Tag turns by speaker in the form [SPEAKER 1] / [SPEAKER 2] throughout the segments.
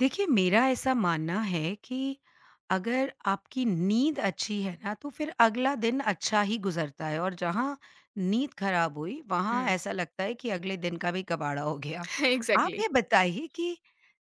[SPEAKER 1] देखिए, मेरा ऐसा मानना है कि अगर आपकी नींद अच्छी है ना, तो फिर अगला दिन अच्छा ही गुज़रता है और जहाँ नींद खराब हुई, वहाँ
[SPEAKER 2] Mm.
[SPEAKER 1] ऐसा लगता है कि अगले दिन का भी कबाड़ा हो गया। आप
[SPEAKER 2] Exactly.
[SPEAKER 1] ये बताइए कि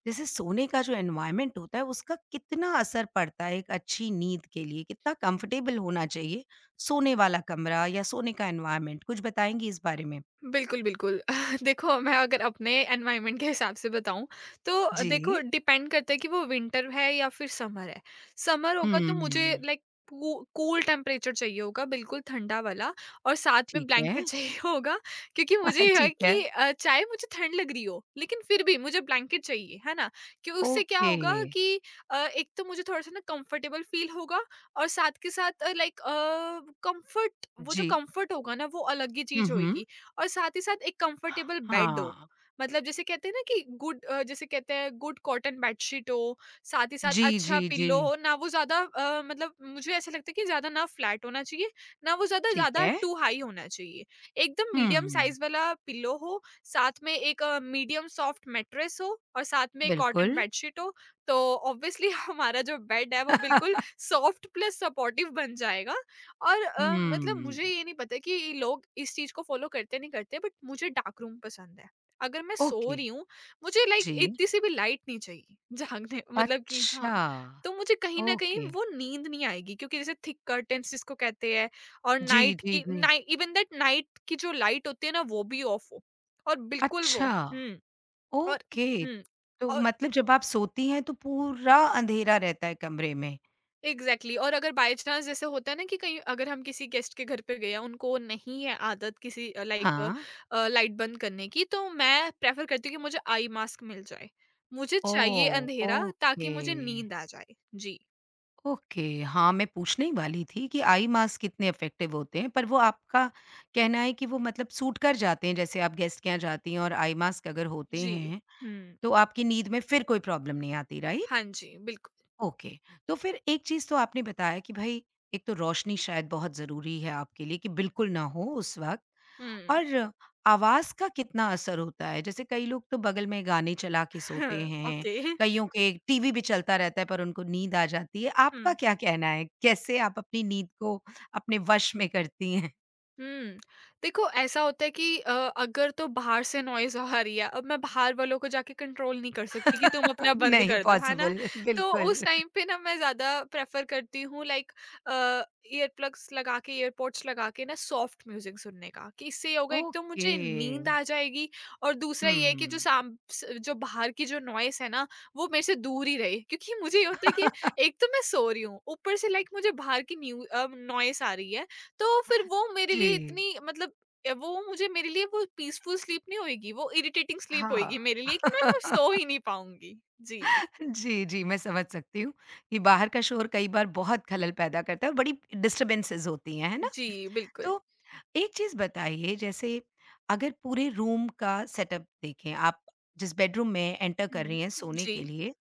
[SPEAKER 1] जैसे सोने का जो एनवायरनमेंट होता है, उसका कितना असर पड़ता है एक अच्छी नींद के लिए? कितना कंफर्टेबल होना चाहिए सोने वाला कमरा या सोने का एनवायरनमेंट? कुछ बताएँगी इस बारे में?
[SPEAKER 2] बिल्कुल, बिल्कुल। देखो, मैं अगर अपने एनवायरनमेंट के हिसाब से बताऊँ तो देखो,
[SPEAKER 1] जी।
[SPEAKER 2] डिपेंड करता है कि वो विंटर है या फिर समर है। समर होगा तो मुझे
[SPEAKER 1] हुँ,
[SPEAKER 2] लाइक कू कूल टेम्परेचर चाहिए होगा, बिल्कुल ठंडा वाला, और साथ में
[SPEAKER 1] ठीक है।
[SPEAKER 2] ब्लैंकेट चाहिए होगा क्योंकि मुझे ये है
[SPEAKER 1] ठीक है।
[SPEAKER 2] कि चाहे मुझे ठंड लग रही हो, लेकिन फिर भी मुझे ब्लैंकेट चाहिए, है ना? कि उससे क्या
[SPEAKER 1] ओके।
[SPEAKER 2] होगा कि एक तो मुझे थोड़ा-सा ना कंफर्टेबल फील होगा, और साथ के साथ लाइक कम्फर्ट, वो जो
[SPEAKER 1] जी।
[SPEAKER 2] कम्फर्ट होगा ना वो अलग ही
[SPEAKER 1] हुँ,
[SPEAKER 2] चीज़
[SPEAKER 1] हुँ।
[SPEAKER 2] होएगी। और साथ ही साथ एक कंफर्टेबल बेड हो,
[SPEAKER 1] हाँ।
[SPEAKER 2] मतलब जैसे कहते हैं ना कि जैसे कहते हैं गुड कॉटन बेडशीट हो, साथ ही साथ
[SPEAKER 1] जी,
[SPEAKER 2] अच्छा
[SPEAKER 1] जी, जी।
[SPEAKER 2] पिल्लो हो ना, वो ज्यादा मतलब मुझे ऐसा लगता है कि ज्यादा ना फ्लैट होना चाहिए, ना वो ज्यादा
[SPEAKER 1] ठीक
[SPEAKER 2] ज्यादा
[SPEAKER 1] है।
[SPEAKER 2] टू हाई होना चाहिए, एकदम
[SPEAKER 1] हुँ,
[SPEAKER 2] मीडियम साइज वाला पिल्लो हो, साथ में एक मीडियम सॉफ्ट मेट्रेस हो, और साथ में एक कॉटन
[SPEAKER 1] बिल्कुल।
[SPEAKER 2] बेडशीट हो। तो ऑब्वियसली हमारा जो बेड है वो बिल्कुल सॉफ्ट प्लस सपोर्टिव बन जाएगा। और मतलब
[SPEAKER 1] हुँ,
[SPEAKER 2] मुझे ये नहीं पता कि ये लोग इस चीज़ को फ़ॉलो करते नहीं करते, बट मुझे डार्क रूम पसंद है। अगर मैं सो
[SPEAKER 1] ओके।
[SPEAKER 2] रही हूँ, मुझे लाइक
[SPEAKER 1] जी।
[SPEAKER 2] इतनी-सी भी लाइट नहीं चाहिए जागने, मतलब कि हाँ,
[SPEAKER 1] अच्छा,
[SPEAKER 2] तो मुझे कहीं न कहीं
[SPEAKER 1] ओके।
[SPEAKER 2] वो नींद नहीं आएगी क्योंकि जैसे थिक कर्टेन्स जिसको कहते हैं, और
[SPEAKER 1] जी,
[SPEAKER 2] नाइट
[SPEAKER 1] जी,
[SPEAKER 2] की
[SPEAKER 1] जी।
[SPEAKER 2] नाइ इवन दैट नाइट की जो लाइट होती है ना वो भी ऑफ हो, और बिल्कुल वो
[SPEAKER 1] अच्छा,
[SPEAKER 2] और
[SPEAKER 1] ओके।
[SPEAKER 2] हुँ,
[SPEAKER 1] तो
[SPEAKER 2] और
[SPEAKER 1] मतलब जब आप सोती हैं तो पूरा अँधेरा रहता है कमरे में?
[SPEAKER 2] Exactly exactly। और अगर बाय चांस जैसे होता है ना कि कहीं अगर हम किसी गेस्ट के घर पे गए हैं, उनको नहीं है आदत किसी लाइक
[SPEAKER 1] हाँ।
[SPEAKER 2] लाइट बंद करने की, तो मैं प्रेफर करती हूँ कि मुझे आई मास्क मिल जाए। मुझे चाहिए
[SPEAKER 1] ओह!
[SPEAKER 2] अंधेरा ताकि
[SPEAKER 1] ओके।
[SPEAKER 2] मुझे नींद आ जाए। जी।
[SPEAKER 1] ओके। हाँ, मैं पूछने ही वाली थी कि आई मास्क कितने इफ़ेक्टिव होते हैं, पर वो आपका कहना है कि वो मतलब सूट कर जाते हैं जैसे आप गेस्ट के यहाँ जाती हैं और आई मास्क अगर होते
[SPEAKER 2] जी।
[SPEAKER 1] हैं
[SPEAKER 2] हम्म।
[SPEAKER 1] तो आपकी नींद में फिर कोई प्रॉब्लम नहीं आती, राइट।
[SPEAKER 2] हाँ जी, बिल्कुल।
[SPEAKER 1] ओके। तो फिर एक चीज़ तो आपने बताया कि भाई एक तो रोशनी शायद बहुत ज़रूरी है आपके लिए कि बिल्कुल ना हो उस वक्त,
[SPEAKER 2] हम्म।
[SPEAKER 1] और आवाज़ का कितना असर होता है? जैसे कई लोग तो बगल में गाने चला के सोते हैं,
[SPEAKER 2] ओके।
[SPEAKER 1] कईयों के टीवी भी चलता रहता है पर उनको नींद आ जाती है। आपका
[SPEAKER 2] हम्म।
[SPEAKER 1] क्या कहना है? कैसे आप अपनी नींद को अपने वश में करती हैं?
[SPEAKER 2] हुँ। देखो, ऐसा होता है कि अगर तो बाहर से नॉइज़ आ रही है, अब मैं बाहर वालों को जाके कंट्रोल नहीं कर सकती कि तुम अपना बंद
[SPEAKER 1] नहीं
[SPEAKER 2] कर दो, है ना?
[SPEAKER 1] पॉसिबल।
[SPEAKER 2] तो
[SPEAKER 1] बिल्कुल।
[SPEAKER 2] उस टाइम पे ना मैं ज़्यादा प्रेफ़र करती हूँ लाइक अ, ईयर प्लग्स लगा के, ईयरपोड्स लगा के ना सॉफ्ट म्यूज़िक सुनने का कि इससे ये होगा, एक तो
[SPEAKER 1] ओके।
[SPEAKER 2] मुझे नींद आ जाएगी, और दूसरा ये है कि जो
[SPEAKER 1] हुँ।
[SPEAKER 2] साम स जो बाहर की जो नॉइज़ है ना, वो मेरे से दूर ही रहे। क्योंकि मुझे ये होता है कि एक तो मैं सो रही हूँ, ऊपर से लाइक मुझे बाहर की नॉइज़ आ रही है। तो फिर वो मेरे लिए
[SPEAKER 1] जी।
[SPEAKER 2] इतनी, मतलब वो मुझे, मेरे लिए वो पीसफुल स्लीप नहीं होएगी, वो इरिटेटिंग स्लीप
[SPEAKER 1] हाँ।
[SPEAKER 2] होएगी मेरे लिए कि मैं वो सो ही नहीं पाऊँगी। जी।
[SPEAKER 1] जी, जी, मैं समझ सकती हूँ कि बाहर का शोर कई बार बहुत खलल पैदा करता है और बड़ी डिस्टर्बेंसेज़ होती हैं, है ना?
[SPEAKER 2] जी, बिल्कुल।
[SPEAKER 1] तो एक चीज़ बताइए, जैसे अगर पूरे रूम का सेटअप देखें आप, जिस बेडरूम में एंटर कर
[SPEAKER 2] हुँ।
[SPEAKER 1] रही हैं सोने
[SPEAKER 2] जी,
[SPEAKER 1] के लिए,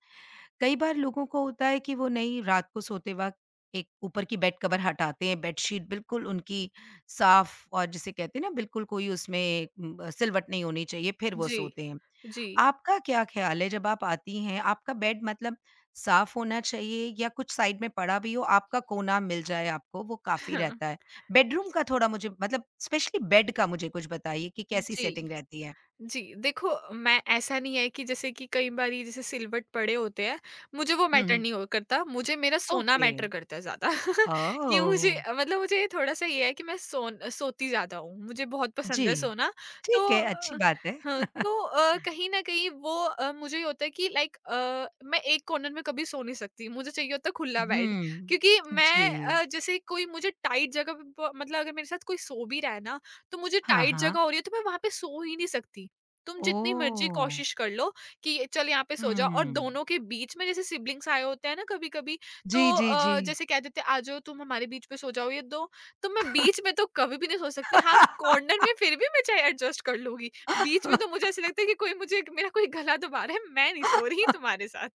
[SPEAKER 1] कई बार लोगों को होता है कि वो नहीं रात को सोते वक़्त एक ऊपर की बेड कवर हटाते हैं, बेडशीट बिल्कुल उनकी साफ और जिसे कहते हैं ना बिल्कुल कोई उसमें सिलवट नहीं होनी चाहिए फिर वो
[SPEAKER 2] जी,
[SPEAKER 1] सोते हैं।
[SPEAKER 2] जी।
[SPEAKER 1] आपका क्या ख़्याल है जब आप आती हैं, आपका बेड मतलब साफ़ होना चाहिए या कुछ साइड में पड़ा भी हो, आपका कोना मिल जाए आपको वो काफ़ी
[SPEAKER 2] हाँ,
[SPEAKER 1] रहता है? बेडरूम का थोड़ा मुझे मतलब स्पेशली बेड का मुझे कुछ बताइए कि कैसी
[SPEAKER 2] जी।
[SPEAKER 1] सेटिंग रहती है?
[SPEAKER 2] जी, देखो, मैं, ऐसा नहीं है कि जैसे कि कई बारी जैसे सिलवट पड़े होते हैं, मुझे वो
[SPEAKER 1] हुँ,
[SPEAKER 2] मैटर
[SPEAKER 1] हुँ।
[SPEAKER 2] नहीं हो करता, मुझे मेरा सोना
[SPEAKER 1] ओके।
[SPEAKER 2] मैटर करता है ज़्यादा। कि मुझे,
[SPEAKER 1] ओह!
[SPEAKER 2] मतलब मुझे थोड़ा-सा ये है कि मैं सोन सोती ज़्यादा हूँ, मुझे बहुत
[SPEAKER 1] जी।
[SPEAKER 2] पसंद है सोना। तो
[SPEAKER 1] ठीक है, अच्छी बात है।
[SPEAKER 2] हाँ, तो कहीं न कहीं वो मुझे ये होता है कि लाइक मैं एक कॉर्नर में कभी सो नहीं सकती, मुझे चाहिए होता है खुला बेड।
[SPEAKER 1] हुँ।
[SPEAKER 2] क्योंकि मैं
[SPEAKER 1] जी।
[SPEAKER 2] जैसे कोई मुझे टाइट जगह पे प मतलब अगर मेरे साथ कोई सो भी रहा है ना, तो मुझे
[SPEAKER 1] हाँ,
[SPEAKER 2] टाइट
[SPEAKER 1] हाँ।
[SPEAKER 2] जगह हो रही है तो मैं वहाँ पे सो ही नहीं सकती। तुम जितनी मर्ज़ी
[SPEAKER 1] ओह!
[SPEAKER 2] कोशिश कर लो कि चल यहाँ पे सो जाओ, और
[SPEAKER 1] हुँ।
[SPEAKER 2] दोनों के बीच में जैसे सिब्लिंग्स आए होते हैं ना कभी-कभी, तो
[SPEAKER 1] जी, जी, जी।
[SPEAKER 2] जैसे कह देते हैं आ जाओ तुम हमारे बीच में सो जाओ ये दो, तो मैं बीच में तो कभी भी नहीं सो सकती। हाँ, कॉर्नर में फिर भी मैं चाहे एडजस्ट कर लूँगी। बीच में तो मुझे ऐसा लगता है कि कोई मुझे, मेरा कोई गला दबा रहा है, मैं नहीं सो रही तुम्हारे साथ।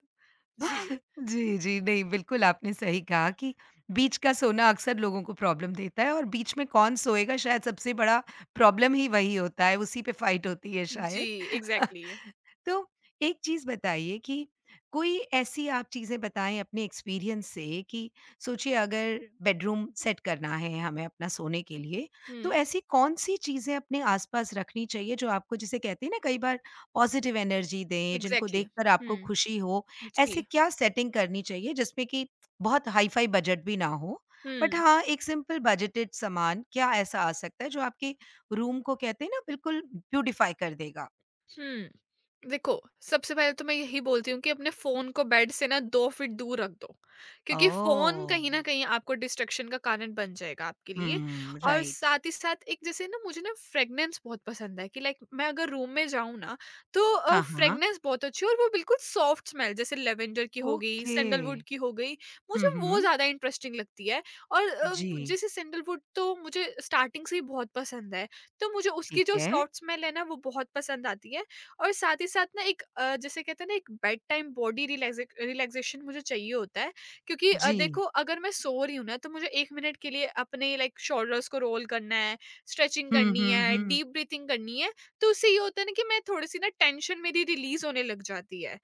[SPEAKER 2] जी।
[SPEAKER 1] जी, जी। नहीं, बिल्कुल आपने सही कहा कि बीच का सोना अक्सर लोगों को प्रॉब्लम देता है और बीच में कौन सोएगा शायद सबसे बड़ा प्रॉब्लम ही वही होता है, उसी पे फाइट होती है
[SPEAKER 2] जी,
[SPEAKER 1] शायद।
[SPEAKER 2] एग्ज़ैक्टली।
[SPEAKER 1] तो एक चीज़ बताइए कि कोई ऐसी आप चीज़ें बताएँ अपने एक्सपीरियंस से कि सोचिए अगर बेडरूम सेट करना है हमें अपना सोने के लिए, तो
[SPEAKER 2] हुँ,
[SPEAKER 1] ऐसी कौन-सी चीज़ें अपने आस-पास रखनी चाहिए जो आपको, जिसे कहते हैं ना, कई बार पॉज़िटिव एनर्जी दें, जिनको
[SPEAKER 2] एग्ज़ैक्टली।
[SPEAKER 1] देखकर आपको
[SPEAKER 2] हुँ,
[SPEAKER 1] खुशी हो, ऐसी
[SPEAKER 2] जी,
[SPEAKER 1] क्या सेटिंग करनी चाहिए जिसमें कि बहुत हाई-फाई बजट भी ना हो, बट
[SPEAKER 2] हुँ।
[SPEAKER 1] हाँ, एक सिंपल बजटेड सामान क्या ऐसा आ सकता है जो आपके रूम को कहते हैं ना बिल्कुल ब्यूटीफाई कर देगा?
[SPEAKER 2] हम्म। देखो, सबसे पहले तो मैं यही बोलती हूँ कि अपने फोन को बेड से ना दो फीट दूर रख दो, क्योंकि फोन
[SPEAKER 1] ओह!
[SPEAKER 2] कहीं ना कहीं आपको डिस्ट्रक्शन का कारण बन जाएगा आपके लिए।
[SPEAKER 1] हुँ,
[SPEAKER 2] और
[SPEAKER 1] राइट।
[SPEAKER 2] साथ ही साथ एक, जैसे ना मुझे ना फ्रेगनेंस बहुत पसंद है कि लाइक मैं अगर रूम में जाऊँ ना, तो
[SPEAKER 1] हाँ, हाँ।
[SPEAKER 2] फ्रेगनेंस बहुत अच्छी, और वो बिल्कुल सॉफ्ट स्मेल, जैसे लेवेंडर की हो गई,
[SPEAKER 1] ओके।
[SPEAKER 2] सैंडलवुड की हो गई,
[SPEAKER 1] हुँ,
[SPEAKER 2] मुझे वो
[SPEAKER 1] हुँ।
[SPEAKER 2] ज्यादा इंटरेस्टिंग लगती है। और
[SPEAKER 1] जी,
[SPEAKER 2] जैसे सैंडलवुड तो मुझे स्टार्टिंग से ही बहुत पसंद है, तो मुझे उसकी
[SPEAKER 1] ठीक
[SPEAKER 2] जो
[SPEAKER 1] है।
[SPEAKER 2] सॉफ्ट स्मेल है ना वो बहुत पसंद आती है। और साथ ही साथ ना एक जैसे कहते हैं ना, एक बेड टाइम बॉडी रिलैक्सेशन मुझे चाहिए होता है। क्योंकि
[SPEAKER 1] जी।
[SPEAKER 2] देखो, अगर मैं सो रही हूँ ना तो मुझे एक मिनट के लिए अपने लाइक शोल्डर्स को रोल करना है, स्ट्रेचिंग
[SPEAKER 1] हुँ,
[SPEAKER 2] करनी
[SPEAKER 1] हुँ,
[SPEAKER 2] है,
[SPEAKER 1] हुँ।
[SPEAKER 2] डीप ब्रीथिंग करनी है। तो उससे ये होता है ना कि मैं थोड़ी सी ना टेंशन मेरी रिलीज होने लग जाती है।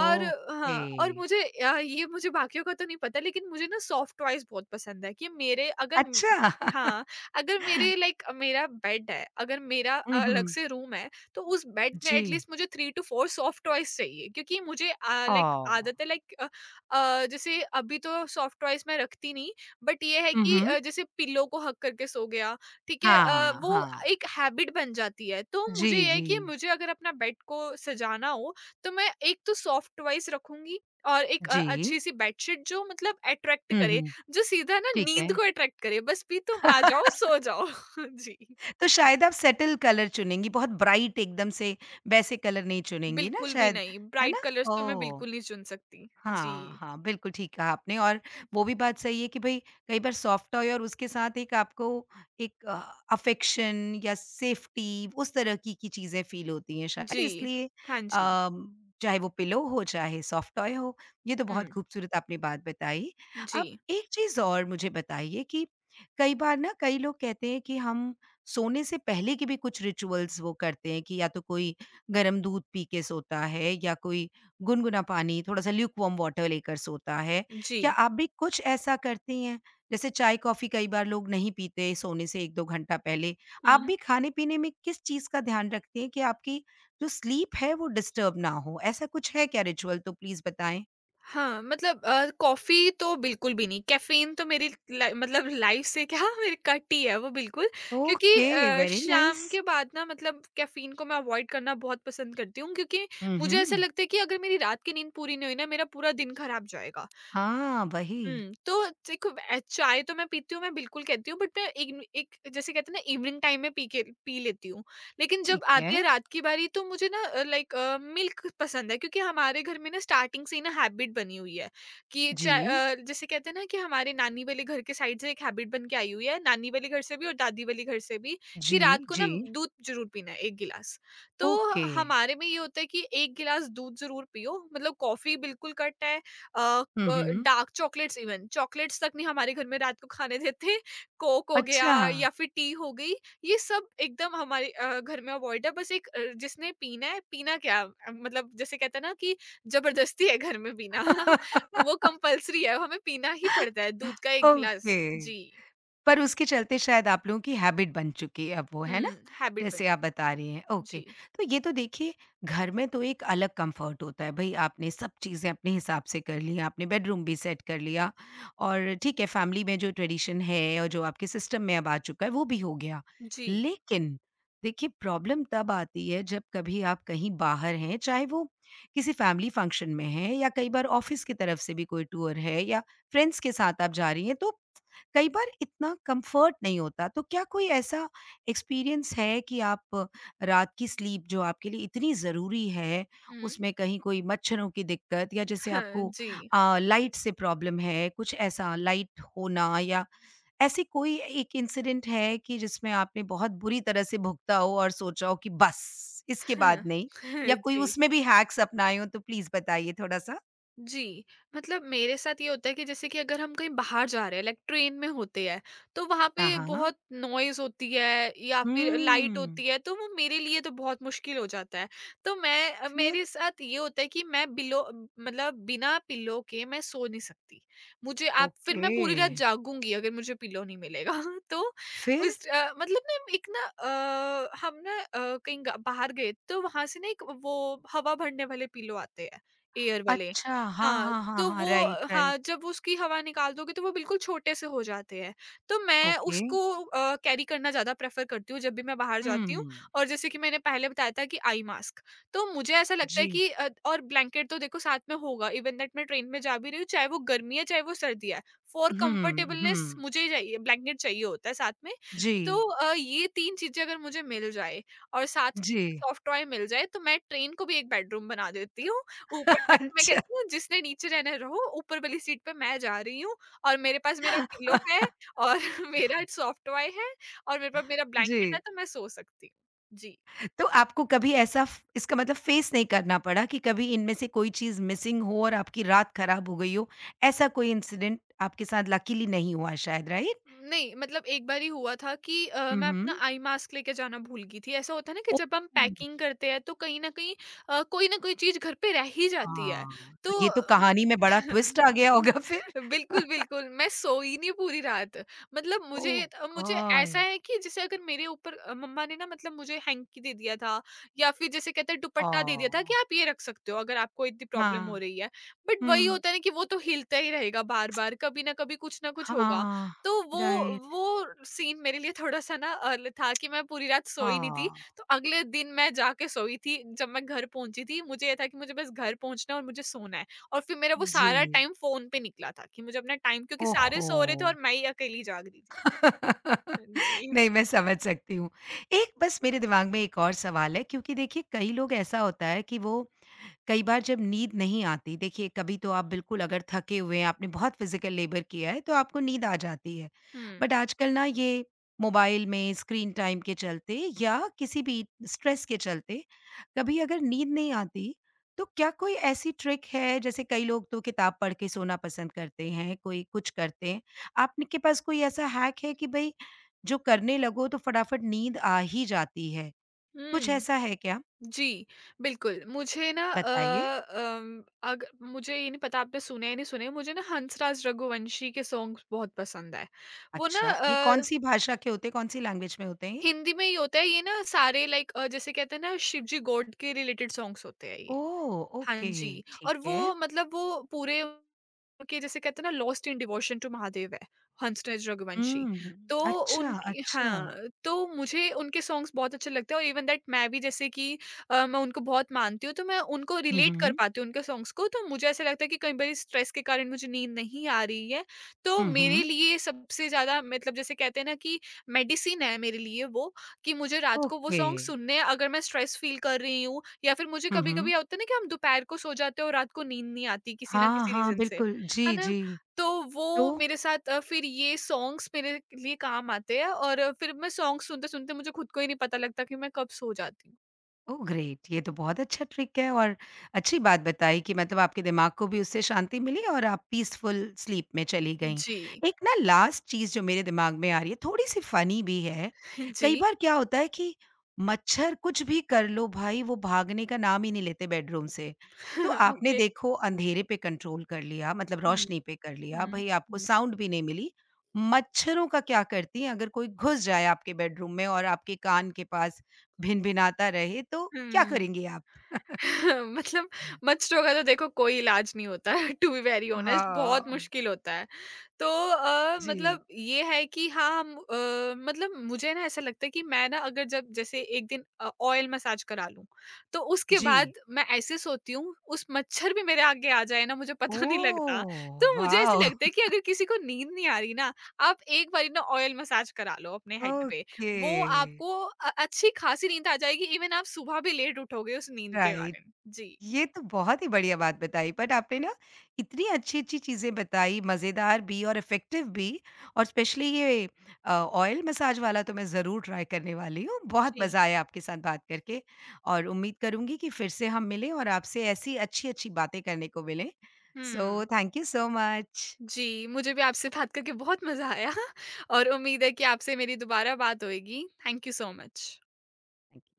[SPEAKER 2] और हाँ, और मुझे ये, मुझे बाकियों का तो नहीं पता लेकिन मुझे ना सॉफ्ट टॉयज बहुत पसंद है कि मेरे अगर
[SPEAKER 1] अच्छा।
[SPEAKER 2] हाँ, अगर मेरे लाइक मेरा बेड है, अगर मेरा
[SPEAKER 1] हुँ,
[SPEAKER 2] अलग
[SPEAKER 1] हुँ।
[SPEAKER 2] से रूम है, तो उस बेड में
[SPEAKER 1] जी।
[SPEAKER 2] एटलीस्ट मुझे 3 टू 4 सॉफ्ट टॉयज़ चाहिए क्योंकि मुझे लाइक
[SPEAKER 1] ओह!
[SPEAKER 2] आदत है लाइक जैसे अभी तो सॉफ्ट टॉयज़ मैं रखती नहीं, बट ये है
[SPEAKER 1] हुँ,
[SPEAKER 2] कि
[SPEAKER 1] हुँ।
[SPEAKER 2] जैसे पिल्लो को हग करके सो गया, ठीक है?
[SPEAKER 1] हाँ,
[SPEAKER 2] वो
[SPEAKER 1] हाँ।
[SPEAKER 2] एक हैबिट बन जाती है। तो
[SPEAKER 1] जी,
[SPEAKER 2] मुझे ये है
[SPEAKER 1] जी।
[SPEAKER 2] कि मुझे अगर अपना बेड को सजाना हो, तो मैं एक तो सॉफ्ट टॉयज़ रखूँगी, और एक
[SPEAKER 1] जी।
[SPEAKER 2] अच्छी-सी बेडशीट जो, मतलब अट्रैक्ट
[SPEAKER 1] हुँ,
[SPEAKER 2] करे,
[SPEAKER 1] हुँ।
[SPEAKER 2] जो सीधा ना
[SPEAKER 1] ठीक है।
[SPEAKER 2] नींद को अट्रैक्ट करे, बस भी तुम आ जाओ, सो जाओ। जी।
[SPEAKER 1] तो शायद आप सेटल कलर चुनेंगी, बहुत ब्राइट एकदम से वैसे कलर नहीं चुनेंगी ना
[SPEAKER 2] बिल्कुल भी
[SPEAKER 1] शायद,
[SPEAKER 2] नहीं,
[SPEAKER 1] है
[SPEAKER 2] ब्राइट
[SPEAKER 1] ना?
[SPEAKER 2] कलर्स तो मैं
[SPEAKER 1] ओह!
[SPEAKER 2] बिल्कुल नहीं चुन सकती। जी।
[SPEAKER 1] हाँ, हाँ, बिल्कुल ठीक कहा आपने। और वो भी बात सही है कि भई कई बार सॉफ्ट टॉय और उसके साथ एक आपको एक अफेक्शन या सेफ्टी, उस तरह की चीज़ें फ़ील होती हैं शायद
[SPEAKER 2] जी।
[SPEAKER 1] इसलिए।
[SPEAKER 2] हाँ जी।
[SPEAKER 1] अम, चाहे वो पिलो हो, चाहे सॉफ्ट टॉय हो, ये तो बहुत
[SPEAKER 2] हुँ।
[SPEAKER 1] खूबसूरत आपने बात बताई। अब
[SPEAKER 2] जी,
[SPEAKER 1] एक चीज़ और मुझे बताइए कि कई बार ना कई लोग कहते हैं कि हम सोने से पहले के भी कुछ रिचुअल्स वो करते हैं कि या तो कोई गरम दूध पी के सोता है या कोई गुनगुना पानी, थोड़ा-सा ल्यूकवार्म वाटर लेकर सोता है।
[SPEAKER 2] जी।
[SPEAKER 1] क्या आप भी कुछ ऐसा करती हैं? जैसे चाय-कॉफ़ी कई बार लोग नहीं पीते सोने से 1-2 घंटा पहले। आप
[SPEAKER 2] हुँ।
[SPEAKER 1] भी खाने-पीने में किस चीज़ का ध्यान रखती हैं कि आपकी जो स्लीप है वो डिस्टर्ब ना हो? ऐसा कुछ है क्या रिचुअल तो प्लीज़ बताएँ?
[SPEAKER 2] हाँ, मतलब कॉफ़ी तो बिल्कुल भी नहीं, कैफ़ीन तो मेरी लाइ मतलब लाइफ़ से क्या मेरी कट ही है वो बिल्कुल, क्योंकि
[SPEAKER 1] ओके, वेरी
[SPEAKER 2] शाम
[SPEAKER 1] नाइस।
[SPEAKER 2] के बाद ना, मतलब कैफ़ीन को मैं अवॉइड करना बहुत पसंद करती हूँ, क्योंकि
[SPEAKER 1] हुँ,
[SPEAKER 2] मुझे ऐसा
[SPEAKER 1] हुँ।
[SPEAKER 2] लगता है कि अगर मेरी रात की नींद पूरी नहीं हुई ना, मेरा पूरा दिन खराब जाएगा।
[SPEAKER 1] हाँ, वही।
[SPEAKER 2] हुँ, तो देखो, चाय तो मैं पीती हूँ, मैं बिल्कुल कहती हूँ, बट मैं इग्न एक, जैसे कहते हैं ना, इवनिंग टाइम में पी के पी लेती हूँ। लेकिन जब
[SPEAKER 1] ठीक है।
[SPEAKER 2] आती है रात की बारी तो मुझे ना लाइक मिल्क पसंद है, क्योंकि हमारे घर में ना स्टार्टिंग से ही ना हैबिट बनी हुई है कि
[SPEAKER 1] जी,
[SPEAKER 2] जैसे कहते हैं ना कि हमारे नानी वाले घर के साइड से एक हैबिट बन के आई हुई है, नानी वाले घर से भी और दादी वाले घर से भी, कि
[SPEAKER 1] जी,
[SPEAKER 2] रात को ना
[SPEAKER 1] जी।
[SPEAKER 2] दूध ज़रूर पीना है 1 गिलास। तो
[SPEAKER 1] ओके।
[SPEAKER 2] हमारे में ये होता है कि 1 गिलास दूध ज़रूर पियो, मतलब कॉफ़ी बिल्कुल कट है, अ,
[SPEAKER 1] हुँ,
[SPEAKER 2] क
[SPEAKER 1] हुँ।
[SPEAKER 2] डार्क चॉकलेट्स, इवन चॉकलेट्स तक नहीं हमारे घर में रात को खाने देते। कोक हो गया
[SPEAKER 1] अच्छा।
[SPEAKER 2] या फिर टी हो गई, ये सब एकदम हमारे घर में अवॉइड है। बस एक जिसने पीना है, पीना, क्या मतलब जैसे कहते हैं ना कि ज़बरदस्ती है घर में पीना। वो कंपल्सरी है, हमें पीना ही पड़ता है दूध का 1 गिलास।
[SPEAKER 1] ओके।
[SPEAKER 2] जी।
[SPEAKER 1] पर उसके चलते शायद आप लोगों की हैबिट बन चुकी है अब वो,
[SPEAKER 2] हुँ,
[SPEAKER 1] है ना?
[SPEAKER 2] हैबिट बन,
[SPEAKER 1] जैसे आप बता रही हैं, ओके।
[SPEAKER 2] जी,
[SPEAKER 1] तो ये तो देखिए घर में तो एक अलग कम्फ़र्ट होता है, भई आपने सब चीज़ें अपने हिसाब से कर ली, आपने बेडरूम भी सेट कर लिया और ठीक है फैमिली में जो ट्रेडिशन है और जो आपके सिस्टम में अब आ चुका है वो भी हो गया।
[SPEAKER 2] जी।
[SPEAKER 1] लेकिन देखिए प्रॉब्लम तब आती है जब कभी आप कहीं बाहर हैं, चाहे वो किसी फैमिली फंक्शन में हैं या कई बार ऑफ़िस की तरफ से भी कोई टूर है या फ्रेंड्स के साथ आप जा रही हैं, तो कई बार इतना कंफर्ट नहीं होता, तो क्या कोई ऐसा एक्सपीरियंस है कि आप रात की स्लीप जो आपके लिए इतनी ज़रूरी है,
[SPEAKER 2] हुँ,
[SPEAKER 1] उसमें कहीं कोई मच्छरों की दिक्कत या जैसे
[SPEAKER 2] हाँ,
[SPEAKER 1] आपको
[SPEAKER 2] जी।
[SPEAKER 1] लाइट से प्रॉब्लम है, कुछ ऐसा लाइट होना या ऐसी कोई एक इंसिडेंट है कि जिसमें आपने बहुत बुरी तरह से भुगता हो और सोचा हो कि बस, इसके
[SPEAKER 2] हाँ,
[SPEAKER 1] बाद नहीं? या कोई
[SPEAKER 2] जी।
[SPEAKER 1] उसमें भी हैक्स अपनाए हो तो प्लीज़ बताइए थोड़ा-सा?
[SPEAKER 2] जी, मतलब मेरे साथ ये होता है कि जैसे कि अगर हम कहीं बाहर जा रहे हैं लाइक ट्रेन में होते हैं, तो वहाँ
[SPEAKER 1] हाँ,
[SPEAKER 2] पे
[SPEAKER 1] हाँ।
[SPEAKER 2] बहुत नॉइज़ होती है या फिर लाइट
[SPEAKER 1] हुँ।
[SPEAKER 2] होती है, तो वो मेरे लिए तो बहुत मुश्किल हो जाता है। तो मैं
[SPEAKER 1] फिर?
[SPEAKER 2] मेरे साथ ये होता है कि मैं बिलो मतलब बिना पिल्लो के मैं सो नहीं सकती। मुझे, आप, फिर मैं
[SPEAKER 1] ओके।
[SPEAKER 2] पूरी रात जागूँगी अगर मुझे पिल्लो नहीं मिलेगा। तो
[SPEAKER 1] फिर?
[SPEAKER 2] उस मतलब ना एक ना हम ना कहीं ग बाहर गए, तो वहाँ से ना एक वो हवा भरने वाले पिल्लो आते हैं, एयर वाले।
[SPEAKER 1] अच्छा, हाँ,
[SPEAKER 2] हाँ,
[SPEAKER 1] हाँ, हाँ,
[SPEAKER 2] तो
[SPEAKER 1] हाँ,
[SPEAKER 2] वो
[SPEAKER 1] राइट,
[SPEAKER 2] हाँ,
[SPEAKER 1] राइट,
[SPEAKER 2] जब उसकी हवा निकाल दोगे तो वो बिल्कुल छोटे से हो जाते हैं। तो मैं
[SPEAKER 1] ओके।
[SPEAKER 2] उसको कैरी करना ज़्यादा प्रेफ़र करती हूँ जब भी मैं बाहर जाती हूँ।
[SPEAKER 1] हुँ।
[SPEAKER 2] और जैसे कि मैंने पहले बताया था कि आई मास्क, तो मुझे ऐसा लगता है
[SPEAKER 1] जी।
[SPEAKER 2] कि और ब्लैंकेट तो देखो साथ में होगा, इवन दैट मैं ट्रेन में जा भी रही हूँ, चाहे वो गर्मी है, चाहे वो सर्दी है। फॉर
[SPEAKER 1] हुँ,
[SPEAKER 2] कम्फ़र्टेबलनेस
[SPEAKER 1] हुँ।
[SPEAKER 2] मुझे ही चाहिए, ब्लैंकेट चाहिए होता है साथ में। तो
[SPEAKER 1] जी,
[SPEAKER 2] ये 3 चीज़ें अगर मुझे मिल जाए और साथ
[SPEAKER 1] जी,
[SPEAKER 2] सॉफ्ट टॉय मिल जाए, तो मैं ट्रेन को भी एक बेडरूम बना देती हूँ। ऊपर जाके मैं
[SPEAKER 1] अच्छा।
[SPEAKER 2] कहती हूँ जिसने नीचे रहना है रहो, ऊपर वाली सीट पे मैं जा रही हूँ, और मेरे पास मेरा पिलो है, और मेरा सॉफ्ट टॉय है और मेरे पास मेरा ब्लैंकेट है
[SPEAKER 1] जी,
[SPEAKER 2] तो मैं सो सकती हूँ। जी।
[SPEAKER 1] तो आपको कभी ऐसा फ इसका मतलब फेस नहीं करना पड़ा कि कभी इनमें से कोई चीज़ मिसिंग हो और आपकी रात खराब हो गई हो, ऐसा कोई इंसिडेंट आपके साथ लकीली नहीं हुआ शायद, राइट?
[SPEAKER 2] नहीं, मतलब एक बारी हुआ था कि
[SPEAKER 1] हुँ,
[SPEAKER 2] मैं अपना
[SPEAKER 1] हुँ।
[SPEAKER 2] आई मास्क लेके जाना भूल गई थी। ऐसा होता है ना कि
[SPEAKER 1] ओह!
[SPEAKER 2] जब हम पैकिंग करते हैं तो कहीं न कहीं कोई न कोई चीज़ घर पे रह ही जाती है।
[SPEAKER 1] हाँ, तो
[SPEAKER 2] तो
[SPEAKER 1] ये तो कहानी में बड़ा ट्विस्ट आ गया होगा फिर।
[SPEAKER 2] बिल्कुल, बिल्कुल, मैं सोई नहीं पूरी रात। मतलब
[SPEAKER 1] ओह
[SPEAKER 2] मुझे त मुझे ऐसा
[SPEAKER 1] गॉड!
[SPEAKER 2] है कि जैसे अगर मेरे ऊपर मम्मा ने ना मतलब मुझे हैंकी दे दिया था या फिर जैसे कहते हैं दुपट्टा दे दिया था
[SPEAKER 1] ओह!
[SPEAKER 2] कि आप ये रख सकते हो अगर आपको इतनी प्रॉब्लम हो
[SPEAKER 1] हाँ,
[SPEAKER 2] रही है। बट वही
[SPEAKER 1] हुँ।
[SPEAKER 2] होता है ना कि वो तो हिलता ही रहेगा बार-बार, कभी न कभी कुछ न कुछ होगा।
[SPEAKER 1] हाँ,
[SPEAKER 2] तो
[SPEAKER 1] राइट,
[SPEAKER 2] वो सीन मेरे लिए थोड़ा-सा ना अ, ल था कि मैं पूरी रात सोई नहीं थी,
[SPEAKER 1] हाँ,
[SPEAKER 2] तो अगले दिन मैं जाके सोई थी। जब मैं घर पहुँची थी, मुझे ये था कि मुझे बस घर पहुँचना है और मुझे सोना है और फिर मेरा वो सारा
[SPEAKER 1] जी,
[SPEAKER 2] टाइम फ़ोन पे निकला था कि मुझे अपना टाइम क्योंकि सारे
[SPEAKER 1] ओहो!
[SPEAKER 2] सो रहे थे और मैं ही अकेली जाग रही थी। हाँ जी।
[SPEAKER 1] नहीं, मैं समझ सकती हूँ। एक बस मेरे दिमाग में एक और सवाल है, क्योंकि देखिए कई लोग ऐसा होता है कि वो कई बार जब नींद नहीं आती, देखिए कभी तो आप बिल्कुल अगर थके हुए हैं आपने बहुत फिजिकल लेबर किया है तो आपको नींद आ जाती है,
[SPEAKER 2] हुँ।
[SPEAKER 1] बट आजकल ना ये मोबाइल में स्क्रीन टाइम के चलते या किसी भी स्ट्रेस के चलते कभी अगर नींद नहीं आती तो क्या कोई ऐसी ट्रिक है? जैसे कई लोग तो किताब पढ़ के सोना पसंद करते हैं, कोई कुछ करते हैं। आपने के पास कोई ऐसा हैक है कि भाई जो करने लगो तो फटाफट नींद आ ही जाती है, कुछ
[SPEAKER 2] हुँ।
[SPEAKER 1] ऐसा है क्या?
[SPEAKER 2] जी, बिल्कुल। मुझे ना अ,
[SPEAKER 1] बताइए।
[SPEAKER 2] अम, अग मुझे ये नहीं पता आपने सुने या नहीं सुने, मुझे ना हंसराज रघुवंशी के सॉन्ग्स बहुत पसंद है। वो ना
[SPEAKER 1] अच्छा, ये
[SPEAKER 2] अ
[SPEAKER 1] कौन-सी भाषा के होते हैं, कौन-सी लैंग्वेज में होते हैं ये?
[SPEAKER 2] हिंदी में ही होता है ये ना सारे लाइक जैसे कहते हैं ना शिव जी गॉड के रिलेटेड सॉन्ग्स होते हैं ये।
[SPEAKER 1] ओह!
[SPEAKER 2] हाँ
[SPEAKER 1] ओके,
[SPEAKER 2] जी,
[SPEAKER 1] ठीक
[SPEAKER 2] और
[SPEAKER 1] है।
[SPEAKER 2] वो मतलब वो पूरे के जैसे कहते हैं ना lost in devotion to Mahadev है, हंसराज रघुवंशी।
[SPEAKER 1] हुँ,
[SPEAKER 2] तो
[SPEAKER 1] अच्छा,
[SPEAKER 2] उनकी
[SPEAKER 1] अच्छा।
[SPEAKER 2] हाँ, तो मुझे उनके सॉन्ग्स बहुत अच्छे लगते हैं और इवन दैट मैं भी जैसे कि मैं उनको बहुत मानती हूँ, तो मैं उनको
[SPEAKER 1] हुँ,
[SPEAKER 2] रिलेट कर
[SPEAKER 1] हुँ।
[SPEAKER 2] पाती हूँ उनके सॉन्ग्स को। तो मुझे ऐसा लगता है कि कई बारी स्ट्रेस के कारण मुझे नींद नहीं आ रही है, तो
[SPEAKER 1] हुँ,
[SPEAKER 2] मेरे
[SPEAKER 1] हुँ।
[SPEAKER 2] लिए सबसे ज़्यादा मतलब जैसे कहते हैं ना कि मेडिसिन है मेरे लिए वो, कि मुझे रात को वो
[SPEAKER 1] ओके।
[SPEAKER 2] सॉन्ग सुनने हैं, अगर मैं स्ट्रेस फील कर रही हूँ या फिर मुझे
[SPEAKER 1] हुँ, हुँ।
[SPEAKER 2] कभी-कभी होता है ना कि हम दोपहर को सो जाते हैं और रात को नींद नहीं आती किसी ना
[SPEAKER 1] हाँ,
[SPEAKER 2] किसी
[SPEAKER 1] हाँ,
[SPEAKER 2] रीज़न से,
[SPEAKER 1] बिल्कुल।
[SPEAKER 2] है
[SPEAKER 1] जी,
[SPEAKER 2] ना?
[SPEAKER 1] जी।
[SPEAKER 2] तो वो
[SPEAKER 1] तो?
[SPEAKER 2] मेरे साथ फिर ये सॉन्ग्स मेरे लिए काम आते हैं और फिर मैं सॉन्ग सुनते-सुनते मुझे खुद को ही नहीं पता लगता कि मैं कब सो जाती हूँ।
[SPEAKER 1] Oh great! ये तो बहुत अच्छा ट्रिक है और अच्छी बात बताई कि मतलब आपके दिमाग को भी उससे शांति मिली और आप पीसफुल स्लीप में चली गईं।
[SPEAKER 2] जी।
[SPEAKER 1] एक ना लास्ट चीज़ जो मेरे दिमाग में आ रही है, थोड़ी-सी फ़नी भी है।
[SPEAKER 2] जी।
[SPEAKER 1] कई बार क्या होता है कि मच्छर कुछ भी कर लो भाई, वो भागने का नाम ही नहीं लेते बेडरूम से। तो आपने
[SPEAKER 2] ओके।
[SPEAKER 1] देखो अंधेरे पे कंट्रोल कर लिया, मतलब
[SPEAKER 2] हुँ,
[SPEAKER 1] रोशनी पे कर लिया,
[SPEAKER 2] हुँ,
[SPEAKER 1] भई आपको
[SPEAKER 2] हुँ,
[SPEAKER 1] साउंड भी नहीं मिली। मच्छरों का क्या करती हैं अगर कोई घुस जाए आपके बेडरूम में और आपके कान के पास भिनभिनाता रहे तो क्या
[SPEAKER 2] हुँ।
[SPEAKER 1] करेंगी आप?
[SPEAKER 2] मतलब मच्छरों का तो देखो कोई इलाज नहीं होता है टू बी वेरी ऑनेस्ट बहुत
[SPEAKER 1] हाँ।
[SPEAKER 2] मुश्किल होता है। तो
[SPEAKER 1] जी।
[SPEAKER 2] मतलब ये है कि हाँ हम मतलब मुझे ना ऐसा लगता है कि मैं ना अगर जब जैसे एक दिन ऑयल मसाज करा लूं तो उसके बाद
[SPEAKER 1] जी।
[SPEAKER 2] मैं ऐसे सोती हूँ उस मच्छर भी मेरे आगे आ जाए ना मुझे पता नहीं लगता।
[SPEAKER 1] ओह!
[SPEAKER 2] तो मुझे ऐसे
[SPEAKER 1] वॉव!
[SPEAKER 2] लगता है कि अगर किसी को नींद नहीं आ रही ना आप एक बारी ना ऑयल मसाज करा लो अपने हेड पे,
[SPEAKER 1] ओके,
[SPEAKER 2] वो आपको अच्छी खासी नींद आ जाएगी इवन आप सुबह भी लेट उठोगे उस नींद के
[SPEAKER 1] राइट।
[SPEAKER 2] कारण। जी।
[SPEAKER 1] ये तो बहुत ही बढ़िया बात बताई, बट आपने ना इतनी अच्छी-अच्छी चीज़ें बताई, मज़ेदार भी और इफ़ेक्टिव भी, और स्पेशली ये ऑयल मसाज वाला तो मैं ज़रूर ट्राई करने वाली हूँ। बहुत
[SPEAKER 2] जी।
[SPEAKER 1] मज़ा आया आपके साथ बात करके और उम्मीद करूँगी कि फिर से हम मिलें और आपसे ऐसी अच्छी-अच्छी बातें करने को मिलें। सो
[SPEAKER 2] हुँ।
[SPEAKER 1] Thank you so much.
[SPEAKER 2] जी, मुझे भी आपसे बात करके बहुत मज़ा आया और उम्मीद है कि आपसे मेरी दोबारा बात होएगी। Thank you so much.